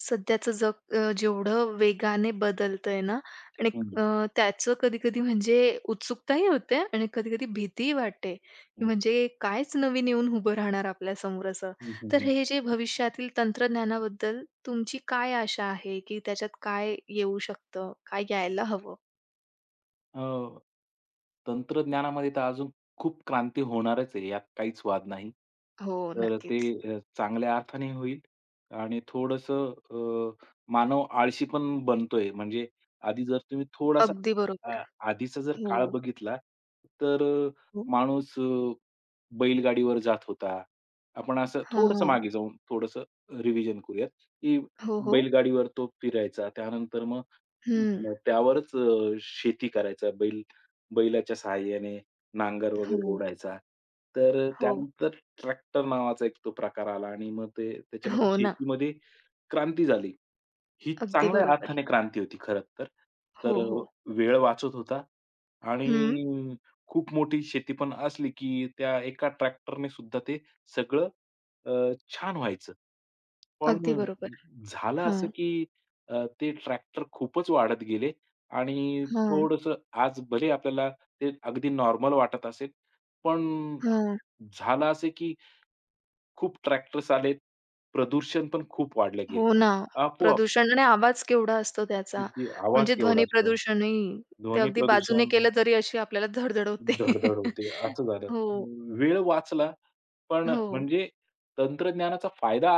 सध्याचं जग जेवढं वेगाने बदलतंय ना आणि हं, हं. अ, त्याचं कधी-कधी म्हणजे उत्सुकताही होते आणि कधी-कधी भीतीही वाटते, की म्हणजे कायच नवीन येऊन उभं राहणार आपल्यासमोर असं. हं, हं, तर हं. हे जे भविष्यातील तंत्रज्ञानाबद्दल तुमची काय आशा आहे, की त्याच्यात काय येऊ शकतं? काय यायला हवं? अ, तंत्रज्ञानामध्ये तर अजून खूप क्रांती होणारच आहे, यात काहीच वाद नाही. हो, तर ते नक्कीच. चांगल्या अर्थाने होईल आणि थोडंसं मानव आळशी पण बनतोय. म्हणजे आधी जर तुम्ही थोडासा अगदी बरोबर. अ, आधीचा जर हो, काळ बघितला, तर हो. माणूस बैलगाडीवर जात होता. आपण असं थोडंसं हां. मागे जाऊन थोडंसं रिव्हिजन करूयात, की हो, हो. बैलगाडीवर तो फिरायचा. त्यानंतर मग हं. मग त्यावरच शेती करायचा. बैलाच्या सहाय्याने नांगर वगैरे हो, ओढायचा. तर हो. त्यानंतर ट्रॅक्टर नावाचा एक तो प्रकार आला आणि मग ते त्याच्यामध्ये हो ना. शेतीमध्ये क्रांती झाली. ही अगदी चांगल्या बरोबर. अर्थाने क्रांती होती खरं तर. हो, तर हो. वेळ वाचत होता हं. आणि खूप मोठी शेती पण असली, की त्या एका ट्रॅक्टरने सुद्धा ते सगळं छान व्हायचं. अगदी पण बरोबर. झालं हां, असं, की ते ट्रॅक्टर खूपच वाढत गेले आणि हां, थोडंसं आज भले आपल्याला ते अगदी नॉर्मल वाटत असेल, पण हां. झालं असं, की खूप ट्रॅक्टर्स आलेत. प्रदूषण पण खूप वाढलं गेलं. हो ना. आपोआप प्रदूषण आणि आवाज केवढा असतो त्याचा. किती आवाज म्हणजे केवढा ध्वनी असतो. प्रदूषणही ते ध्वनी अगदी बाजूने प्रदूषण केलं तरी अशी आपल्याला धड होते. धड होते, असं झालं. हो, वेळ वाचला, पण हो. म्हणजे तंत्रज्ञानाचा फायदा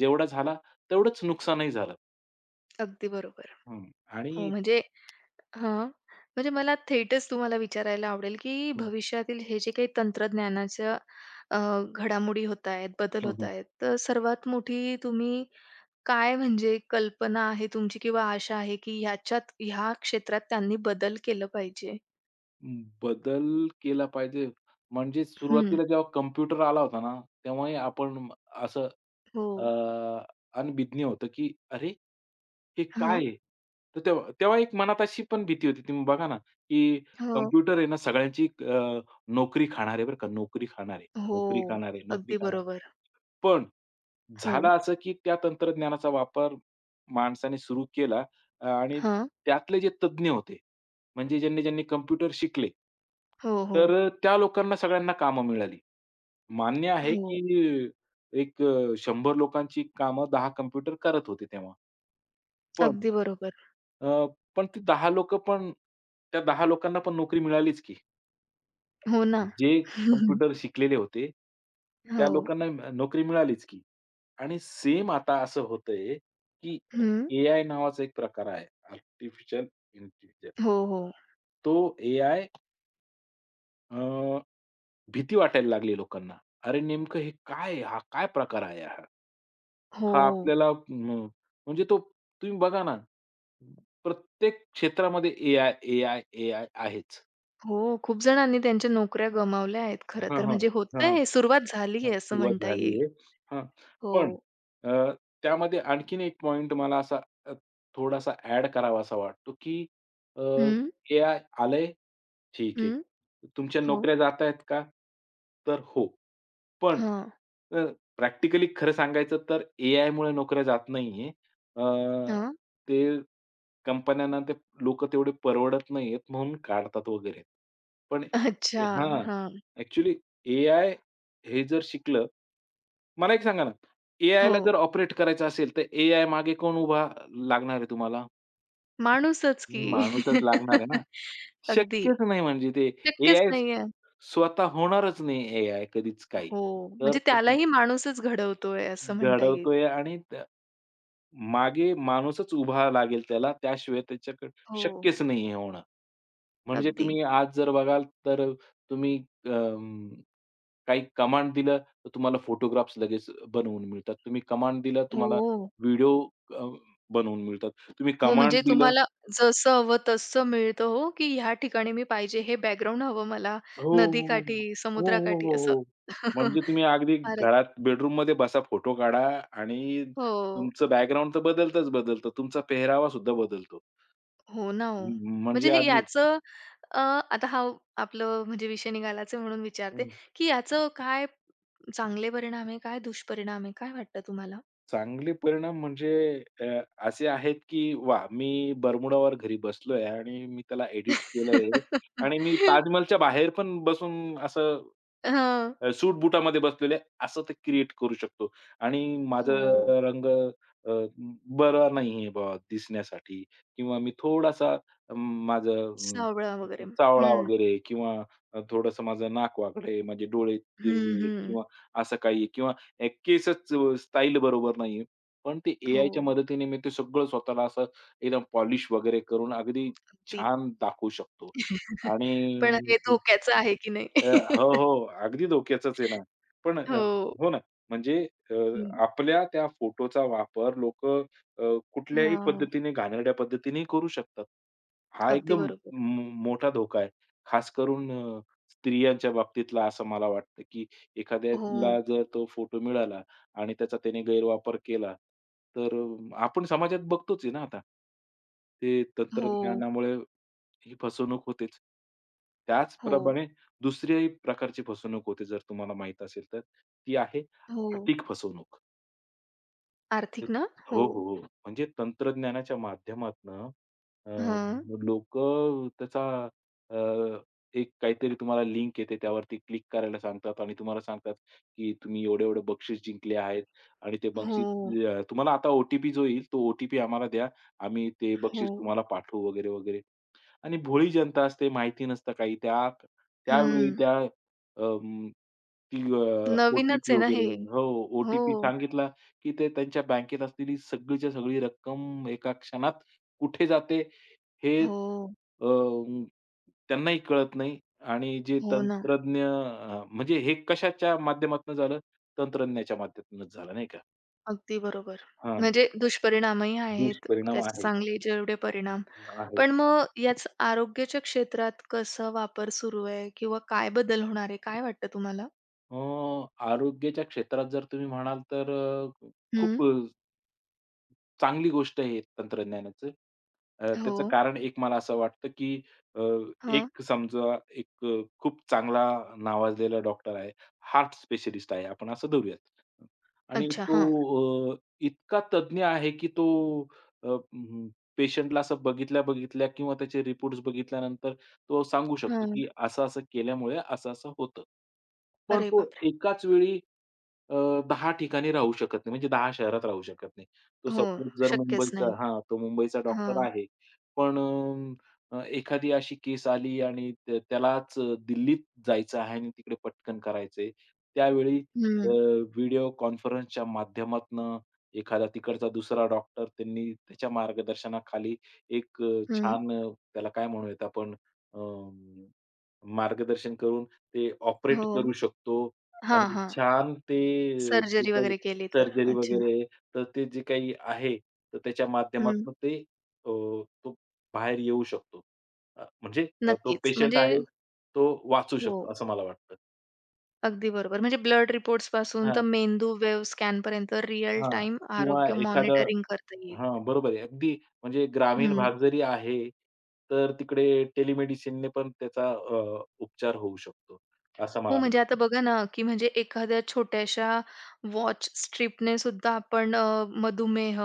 जेवढा झाला, तेवढंच नुकसानही झालं. अगदी बरोबर. हं. हो, आणि म्हणजे हां. म्हणजे मला थेटच तुम्हाला विचारायला आवडेल, की हं, भविष्यातील हे जे काही तंत्रज्ञानाच्या अ, घडामोडी होतायत, बदल हं, हं. होतायत, तर सर्वात मोठी तुम्ही काय म्हणजे कल्पना आहे तुमची किंवा आशा आहे की ह्याच्यात ह्या क्षेत्रात त्यांनी बदल केलं पाहिजे? बदल केला पाहिजे. म्हणजे हं. सुरुवातीला जेव्हा कॉम्प्युटर आला होता ना, तेव्हाही आपण असं हो. अ, अनभिज्ञ होतं, की "अरे, हे काय हां. आहे?" तर तेव्हा तेव्हा एक मनात अशी पण भीती होती. तुम्ही बघा ना, की हो. कॉम्प्युटर आहे ना सगळ्यांची नोकरी खाणार आहे बरं का, नोकरी खाणार आहे, हो. नोकरी खाणार आहे, नोकरी अगदी खाणार आहे. बरोबर. पण हो. झालं असं, की त्या तंत्रज्ञानाचा वापर माणसाने सुरू केला आणि हां. त्यातले जे तज्ञ होते, म्हणजे ज्यांनी-ज्यांनी कॉम्प्युटर शिकले, हो, हो. तर त्या लोकांना सगळ्यांना कामं मिळाली. मान्य आहे, हो. की एक 100 लोकांची कामं 10 कॉम्प्युटर करत होते तेव्हा. पण अगदी बरोबर. अ, पण ती 10 लोकं पण त्या 10 लोकांना पण नोकरी मिळालीच की. हो ना. जे कॉम्प्युटर शिकलेले होते, त्या हो. लोकांना नोकरी मिळालीच की. आणि सेम आता असं होतंय, की हं. एआय नावाचा एक प्रकार आहे. Artificial intelligence. हो, हो. तो एआय अ, भीती वाटायला लागली लोकांना. अरे नेमकं हे काय आहे? हा काय प्रकार आहे हा? हो. हा आपल्याला म म्हणजे तो तुम्ही बघा ना, प्रत्येक क्षेत्रामध्ये एआय, एआय, एआय आहेच. हो. खूप जणांनी त्यांच्या नोकऱ्या गमावल्या आहेत खरं हां, तर. हां. म्हणजे हां. होतंय हे, सुरुवात झाली हां, आहे असं सुरुवात म्हणता येईल. झालीये. हां, हो. पण अ, त्यामध्ये आणखीन एक पॉइंट मला असा अ, थोडासा ॲड करावासा वाटतो, की अ, हं. एआय आलंय, ठीक आहे. हं. तुमच्या हो. नोकऱ्या जातायत का? तर हो. पण हां. अ, प्रॅक्टिकली खरं सांगायचं तर एआयमुळे नोकऱ्या जात नाहीये. अ, हां. ते कंपन्यांना ते लोकं तेवढे परवडत नाहीयेत म्हणून काढतात वगैरे. पण अच्छा. हां, हां. ॲक्चुअली एआय हे जर शिकलं मला एक सांगा ना, ए आय हो. ला जर ऑपरेट करायचं असेल, तर एआय मागे कोण उभा लागणार आहे तुम्हाला? माणूसच की. माणूसच लागणार आहे ना. अगदी. शक्यच नाही म्हणजे ते शक्यच एआय नाहीये. स्वतः होणारच नाही एआय कधीच काही. हो. तर म्हणजे त्यालाही माणूसच घडवतोय असं म्हणता येईल. घडवतोय आणि त्या मागे माणूसच उभा लागेल त्याला, त्याशिवाय त्याच्याकडे हो. शक्यच नाही हे होणं. म्हणजे अगदी. तुम्ही आज जर बघाल तर तुम्ही अं, काही कमांड दिलं, तर तुम्हाला फोटोग्राफ्स लगेच बनवून मिळतात. तुम्ही कमांड दिलं, तुम्हाला हो. व्हिडिओ अ, बनवून मिळतात. तुम्ही हो, कमांड म्हणजे दिलं तुम्हाला जसं हवं तसं मिळतं हो, की ह्या ठिकाणी मी पाहिजे हे बॅकग्राऊंड हवं मला. हो, हो, नदीकाठी, हो, हो, समुद्राकाठी हो, असं. हो. म्हणजे तुम्ही अगदी फारच. घरात बेडरूममध्ये बसा, फोटो काढा आणि हो. तुमचं बॅकग्राऊंड तर बदलतच बदलतं. तुमचा पेहरावा सुद्धा बदलतो. हो ना हो. म्हणजे म्हणजे हे अगदी याचं आता हा आपलं म्हणजे विषय निघालाच आहे म्हणून विचारते, हं. की याचं काय चांगले परिणाम आहे काय दुष्परिणाम आहे? काय वाटतं तुम्हाला? चांगले परिणाम म्हणजे अ, असे आहेत, की वा, मी बर्मुडावर घरी बसलोय आणि मी त्याला एडिट केलंय आणि मी ताजमहलच्या बाहेर पण बसून असं हां. सूट बुटामध्ये बसलेले असं ते क्रिएट करू शकतो आणि माझा हो. रंग अ, बरा नाहीये बुवा दिसण्यासाठी किंवा मी थोडासा माझं सावळा वगैरे. चावळा हं. वगैरे किंवा थोडंसं माझं नाक वाकडं आहे, माझे डोळे हं, तिरळे हं. किंवा असं काही आहे किंवा केसच स्टाईल बरोबर नाहीये. पण ते हो. एआयच्या मदतीने मी ते सगळं स्वतःला असं एकदम पॉलिश वगैरे करून अगदी ती छान दाखवू शकतो. पण हे आणि धोक्याचं आहे की अ, नाही? हो, हो. अगदी धोक्याचंच आहे ना. पण हो. हो ना. म्हणजे अ, हं. आपल्या त्या फोटोचा वापर लोक, कुठल्याही हां. पद्धतीने, घाणेरड्या पद्धतीने करू शकतात. हा अगदी एकदम बरोबर. मो मोठा धोका आहे. खास करून स्त्रियांच्या बाबतीतला असं मला वाटतं, की हो, एखाद्याला जर तो फोटो मिळाला आणि त्याचा त्याने गैरवापर केला, तर आपण समाजात बघतोच आहे ना आता. ते हो, तंत्रज्ञानामुळे ही फसवणूक होतेच. हो, त्याचप्रमाणे दुसऱ्याही प्रकारची फसवणूक होते जर तुम्हाला माहीत असेल तर, ती आहे हो. आर्थिक फसवणूक. ते- आर्थिक ना? हो. हो, हो, हो. म्हणजे तंत्रज्ञानाच्या माध्यमातनं अ, हां. लोकं त्याचा अ, एक काहीतरी तुम्हाला लिंक येते त्यावरती क्लिक करायला सांगतात आणि तुम्हाला सांगतात, की तुम्ही एवढे-एवढे बक्षीस जिंकले आहेत आणि ते बक्षीस हो, तुम्हाला आता जो येईल तो ओ आम्हाला द्या. आम्ही ते हो. बक्षीस तुम्हाला पाठवू वगैरे, वगैरे. आणि भोळी जनता असते, माहिती नसतं काही. त्यावेळी हं. त्या अं, ती अ, नवीनच ओ-टी-पी आहे ना वगैरे हे. हो, हो, ओ-टी-पी सांगितला, की ते त्यांच्या बँकेत असलेली सगळीच्या सगळी रक्कम एका क्षणात कुठे जाते हे हो, अ, त्यांनाही कळत नाही आणि जे हो ना. तंत्रज्ञ म्हणजे हे कशाच्या माध्यमातून झालं? तंत्रज्ञाच्या माध्यमातूनच झालं नाही का? अगदी बरोबर. हां, म्हणजे दुष्परिणामही आहेत, दुष्परिणाम त्याचे आहेत. चांगले जेवढे परिणाम. आहे. पण मग याच आरोग्याच्या क्षेत्रात कसा वापर सुरू आहे किंवा काय बदल होणार आहे? काय वाटतं तुम्हाला? अ, आरोग्याच्या क्षेत्रात जर तुम्ही म्हणाल तर खूप हं. चांगली गोष्ट आहे तंत्रज्ञानाचं. हो. त्याचं कारण एक मला असं वाटतं, की अ, हां. एक समजा एक खूप चांगला नावाजलेला डॉक्टर आहे, हार्ट स्पेशलिस्ट आहे, आपण असं धरूयात. आणि अच्छा. हां. तो इतका तज्ञ आहे, की तो अ, अं, पेशंटला असं बघितल्या-बघितल्या किंवा त्याचे रिपोर्ट्स बघितल्यानंतर तो सांगू शकतो, हां. की असं-असं केल्यामुळे असं-असं होतं. पण अरे तो बापरे! एकाच वेळी अ, 10 ठिकाणी राहू शकत नाही, म्हणजे 10 शहरात राहू शकत नाही. तो हो, सपोज जर शक्यच मुंबईचा नाही. हां, तो मुंबईचा डॉक्टर हां. आहे. पण एखादी अशी केस आली आणि त्या त्यालाच दिल्लीत जायचं आहे आणि तिकडे पटकन करायचंय. त्यावेळी अ, हं. व्हिडिओ कॉन्फरन्सच्या माध्यमातनं एखादा तिकडचा दुसरा डॉक्टर त्यांनी त्याच्या मार्गदर्शनाखाली एक अ, हं. छान अ, त्याला काय म्हणूयात आपण अ, मार्गदर्शन करून ते ऑपरेट हो. करू शकतो हां, आणि हां. छान ते जे सर्जरी काही वगैरे केली तर. सर्जरी अच्छा. वगैरे आहे, तर ते जे काही आहे, तर त्याच्या हं. माध्यमातून ते तो बाहेर येऊ शकतो. म्हणजे तो नक्कीच. पेशंट म्हणजे आहे, तो वाचू हो. शकतो असं मला वाटतं. अगदी बरोबर. म्हणजे ब्लड रिपोर्ट्स पासून तर हां, मेंदू वेव्ह स्कॅनपर्यंत रिअल हां. टाइम किंवा आरोग्य एखादं मॉनिटरिंग करता येईल. हां, बरोबर आहे. अगदी म्हणजे ग्रामीण हं. भाग जरी आहे, तर तिकडे टेलिमेडिसिनने पण त्याचा उपचार होऊ शकतो, असं हो, मला म्हणजे आता वाटतं. बघा ना, की म्हणजे एखाद्या छोट्याशा वॉच स्ट्रिपने सुद्धा आपण मधुमेह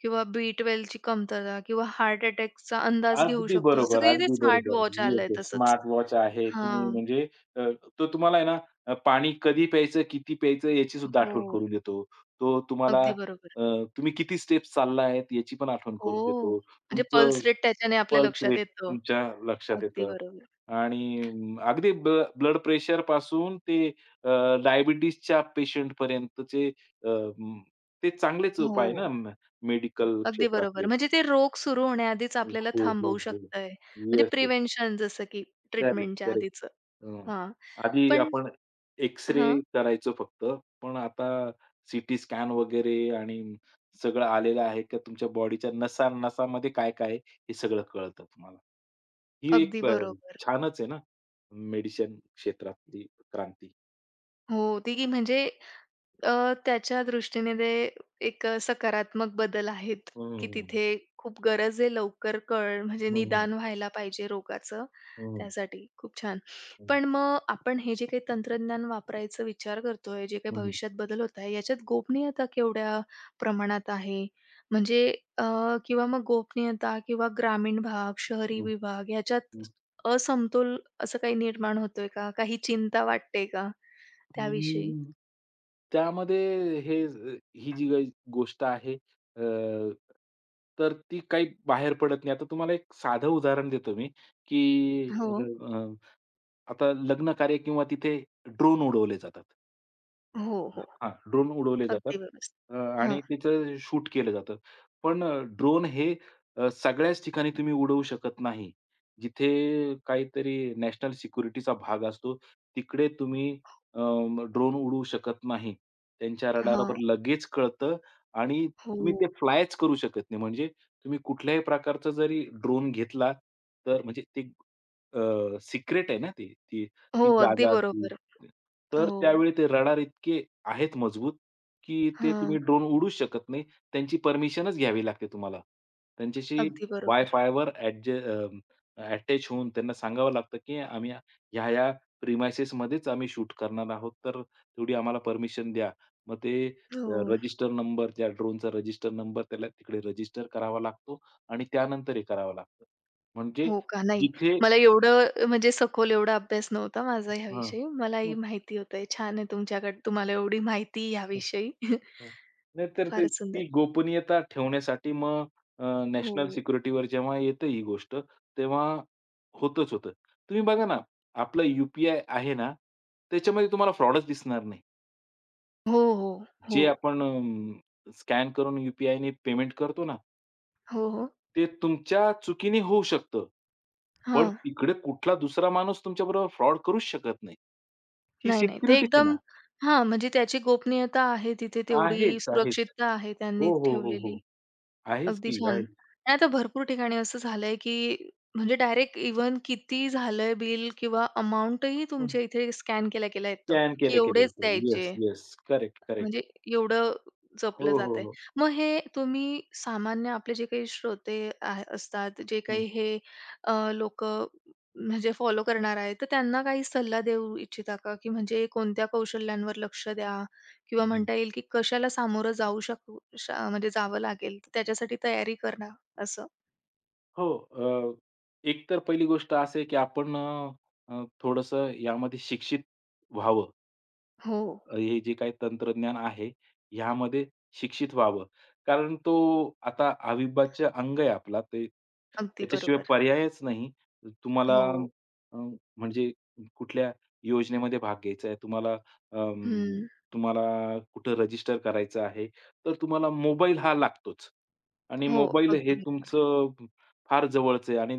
किंवा B12 ची कमतरता किंवा हार्ट अटॅकचा अंदाज घेऊ अगदी शकतो. जसं बरोबर, की ते अगदी स्मार्ट बरोबर. वॉच येस, आलंय येस. तसंच. स्मार्टवॉच आहे. तुम्ही हां. म्हणजे अ, तो तुम्हाला आहे ना पाणी कधी प्यायचं, किती प्यायचं याची सुद्धा आठवण हो. करून देतो. तो तुम्हाला अगदी बरोबर. तुम्ही किती स्टेप्स चालला आहेत याची पण आठवण हो. करून देतो. म्हणजे पल्स तुमचं रेट त्याच्याने आपल्या पल्स लक्षात रेट येतं. तुमच्या लक्षात अगदी येतं बरोबर. आणि अगदी ब्लड प्रेशरपासून ते अ, डायबिटीजच्या पेशंटपर्यंतचे अ, म ते चांगलेच उपाय हो. ना मेडिकल अगदी बरोबर. क्षेत्रातले. म्हणजे ते रोग सुरू होण्याआधीच हो, आपल्याला हो, थांबवू हो. शकतंय. म्हणजे येस, येस. प्रिव्हेन्शन जसं की करेक्ट, ट्रीटमेंटच्या करेक्ट. आधीचं. हं. हां. आधी पण आपण एक्स हां, करायचो फक्त. पण आता सीटी स्कॅन वगैरे आणि सगळं आलेलं आहे का तुमच्या बॉडीच्या नसा-नसामध्ये काय-काय आहे हे सगळं कळतं तुम्हाला. ही अगदी एक बरोबर. छानच आहे ना मेडिसिन क्षेत्रातली क्रांती. हो, ती की म्हणजे त्याच्या दृष्टीने ते एक सकारात्मक बदल आहेत, हं, की हं, तिथे खूप गरज आहे लवकर कळ म्हणजे हं. निदान व्हायला पाहिजे रोगाचं. हं, हं. त्यासाठी. खूप छान. हं, पण मग आपण हे जे काही तंत्रज्ञान वापरायचा विचार करतोय, जे काही हं. भविष्यात बदल होत आहे, याच्यात गोपनीयता केवढ्या प्रमाणात आहे? म्हणजे अ, किंवा मग गोपनीयता किंवा ग्रामीण भाग, शहरी विभाग याच्यात असमतोल असं काही निर्माण होतोय का? काही चिंता वाटते का त्याविषयी? त्यामध्ये हे ही जी काही गोष्ट आहे तर ती काही बाहेर पडत नाही. आता तुम्हाला एक साधं उदाहरण देतो मी, की हो. अ, अ, आता लग्न कार्य किंवा तिथे ड्रोन उडवले जातात. हो, हो. हां, ड्रोन उडवले जातात. अगदी व्यवस्थित. अ, हां, आणि त्याचं शूट केलं जातं. पण ड्रोन हे सगळ्याच ठिकाणी तुम्ही उडवू शकत नाही. जिथे काहीतरी नॅशनल सिक्युरिटीचा भाग असतो, तिकडे तुम्ही अ, ड्रोन उडवू शकत नाही. त्यांच्या रडारवर हां. लगेच कळतं आणि तुम्ही ते हो. फ्लायच करू शकत नाही. म्हणजे तुम्ही कुठल्याही प्रकारचा जरी ड्रोन घेतला, तर म्हणजे ते सिक्रेट आहे ना ती, ती हो, ती अगदी जागा असती. बरोबर. तर हो. त्यावेळी ते रडार इतके आहेत मजबूत, की ते हां, तुम्ही ड्रोन उडूच शकत नाही. त्यांची परमिशनच घ्यावी लागते तुम्हाला. त्यांच्याशी अगदी बरोबर. वाय-फायवर अटॅच होऊन त्यांना सांगावं लागतं, की आम्ही ह्या-ह्या प्रिमाइसेसमध्येच आम्ही शूट करणार आहोत, तर तेवढी आम्हाला परमिशन द्या. मग ते हो. रजिस्टर नंबर त्या ड्रोनचा रजिस्टर नंबर त्याला तिकडे रजिस्टर करावा लागतो आणि त्यानंतर हे करावं लागतं. म्हणजे हो का? नाही. जिथे मला एवढं म्हणजे सखोल एवढा अभ्यास नव्हता माझा हां. ह्याविषयी. मला ही माहिती होतं. छान आहे तुमच्याकडे तुम्हाला एवढी माहिती ह्याविषयी. हं. नाहीतर ते फारच सुंदर. ती गोपनीयता ठेवण्यासाठी मग हो. नॅशनल सिक्युरिटीवर जेव्हा येतं ही गोष्ट, तेव्हा होतच होतं. तुम्ही बघा ना, आपलं यू पी आहे ना, त्याच्यामध्ये तुम्हाला फ्रॉडच दिसणार नाही. हो, हो. हो. जे आपण स्कॅन करून यू ने पेमेंट करतो ना, हो, हो. ते तुमच्या चुकीने होऊ शकतं. पण हां. तिकडे कुठला दुसरा माणूस तुमच्याबरोबर फ्रॉड करूच शकत नाही. ही नाही, नाही. ते सिक्युरिटीच आहे एकदम ना. हां, म्हणजे त्याची गोपनीयता आहे तिथे तेवढी आहेच, आहेच. सुरक्षितता आहे त्यांनी हो, हो, हो, ठेवलेली. हो. आहेच अगदी ती, छान. आहेच. आणि आता भरपूर ठिकाणी असं झालंय, की म्हणजे डायरेक्ट इव्हन किती झालंय बिल किंवा अमाउंटही तुमच्या इथे स्कॅन केल्या-केल्या येतं, स्कॅन की केले-केले एवढेच येते. येस, द्यायचे. येस. Correct, correct. म्हणजे एवढं जपलं हो, हो, जातंय. हो. मग हे तुम्ही सामान्य आपले जे काही श्रोते आहे असतात, जे हं. काही हे लोकं म्हणजे फॉलो करणार आहेत, तर त्यांना काही सल्ला देऊ इच्छिता का? की म्हणजे कोणत्या कौशल्यांवर लक्ष द्या किंवा हं. म्हणता येईल की कशाला सामोरं जाऊ शकू शा म्हणजे जावं लागेल, तर त्याच्यासाठी तयारी करणं असं? हो, अ, एकतर पहिली गोष्ट अशी आहे, की आपण अ, अ, थोडंसं यामध्ये शिक्षित व्हावं. हो, हे जे काही तंत्रज्ञान आहे, ह्यामध्ये शिक्षित व्हावं. कारण तो आता अविभाज्य अंग आहे आपला. ते अगदी त्याच्याशिवाय बरोबर. पर्यायच नाही. तुम्हाला हो. अ, म्हणजे कुठल्या योजनेमध्ये भाग घ्यायचा आहे, तुम्हाला अं, हं. तुम्हाला कुठं रजिस्टर करायचं आहे, तर तुम्हाला मोबाईल हा लागतोच. आणि हो, मोबाईल अगदी, हे बरो- तुमचं फार जवळचं आहे आणि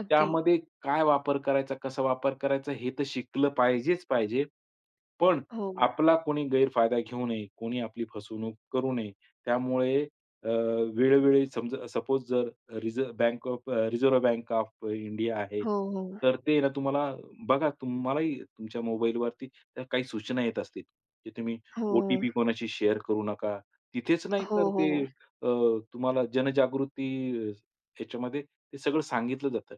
अगदी. त्यामध्ये काय वापर करायचा, कसा वापर करायचा हे तर शिकलं पाहिजेच पाहिजे. पण हो, आपला कोणी गैरफायदा घेऊ नये, कोणी आपली फसवणूक करू नये. त्यामुळे अ, वेळोवेळी समजा सपोज जर रिझर्व्ह बँक ऑफ इंडिया आहे, हो, हो. तर ते ना तुम्हाला बघा तुम्हालाही तुमच्या मोबाईलवरती त्या काही सूचना येत असतील, की तुम्ही हो, ओ-टी-पी कोणाशी शेअर करू नका. तिथेच नाही हो, तर ते हो. तुम्हाला जनजागृती ह्याच्यामध्ये ते सगळं सांगितलं जातं,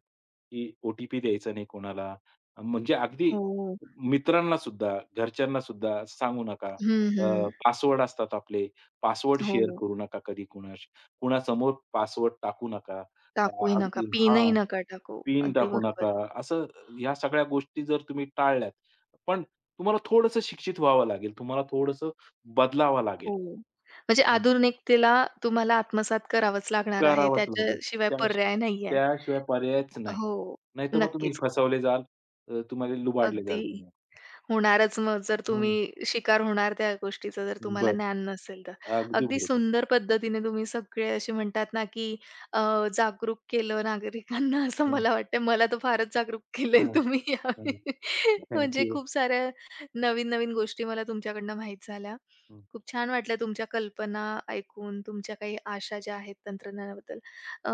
की ओ टी द्यायचा नाही कोणाला. म्हणजे अगदी हो. मित्रांना सुद्धा, घरच्यांना सुद्धा सांगू नका. हं, हं. पासवर्ड असतात आपले, पासवर्ड शेअर हो. करू नका कधी कुणाशी. कुणासमोर पासवर्ड टाकू नका. अ, टाकूही नका, अगदी पिनही हां, नका टाकू. पिन अगदी टाकू नका. बरोबर. असं ह्या सगळ्या गोष्टी जर तुम्ही टाळल्यात, पण तुम्हाला थोडंसं शिक्षित व्हावं लागेल. तुम्हाला थोडंसं बदलावं लागेल. हो. म्हणजे आधुनिकतेला तुम्हाला आत्मसात करावंच लागणार आहे. करावंच लागेल. त्याच्याशिवाय त्याश पर्याय नाहीये. त्याशिवाय पर्यायच नाही. हो. नाहीतर मग तुम्ही नक्कीच. फसवले जाल, तुम्हाला लुबाडले जाल अगदी तुम्ही. होणारच मग जर हं, तुम्ही शिकार होणार त्या गोष्टीचं जर तुम्हाला बरं. ज्ञान नसेल तर. अगदी अगदी बरोबर. सुंदर पद्धतीने तुम्ही सगळे असे म्हणतात ना, की अ, जागरूक केलं नागरिकांना असं मला वाटतंय. मला तर फारच जागरूक केलंय हां, तुम्ही हां. यावेळी. थँक म्हणजे यू. खूप साऱ्या नवीन-नवीन गोष्टी मला तुमच्याकडनं माहीत झाल्या. हं, खूप छान वाटलं तुमच्या कल्पना ऐकून, तुमच्या काही आशा ज्या आहेत तंत्रज्ञानाबद्दल. अ,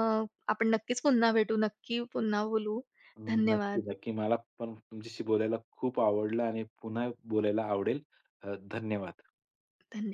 आपण नक्कीच पुन्हा भेटू, नक्की पुन्हा बोलू. हं. नक्की, धन्यवाद. नक्की. मला पण तुमच्याशी बोलायला खूप आवडलं आणि पुन्हा बोलायला आवडेल. धन्यवाद. धन्य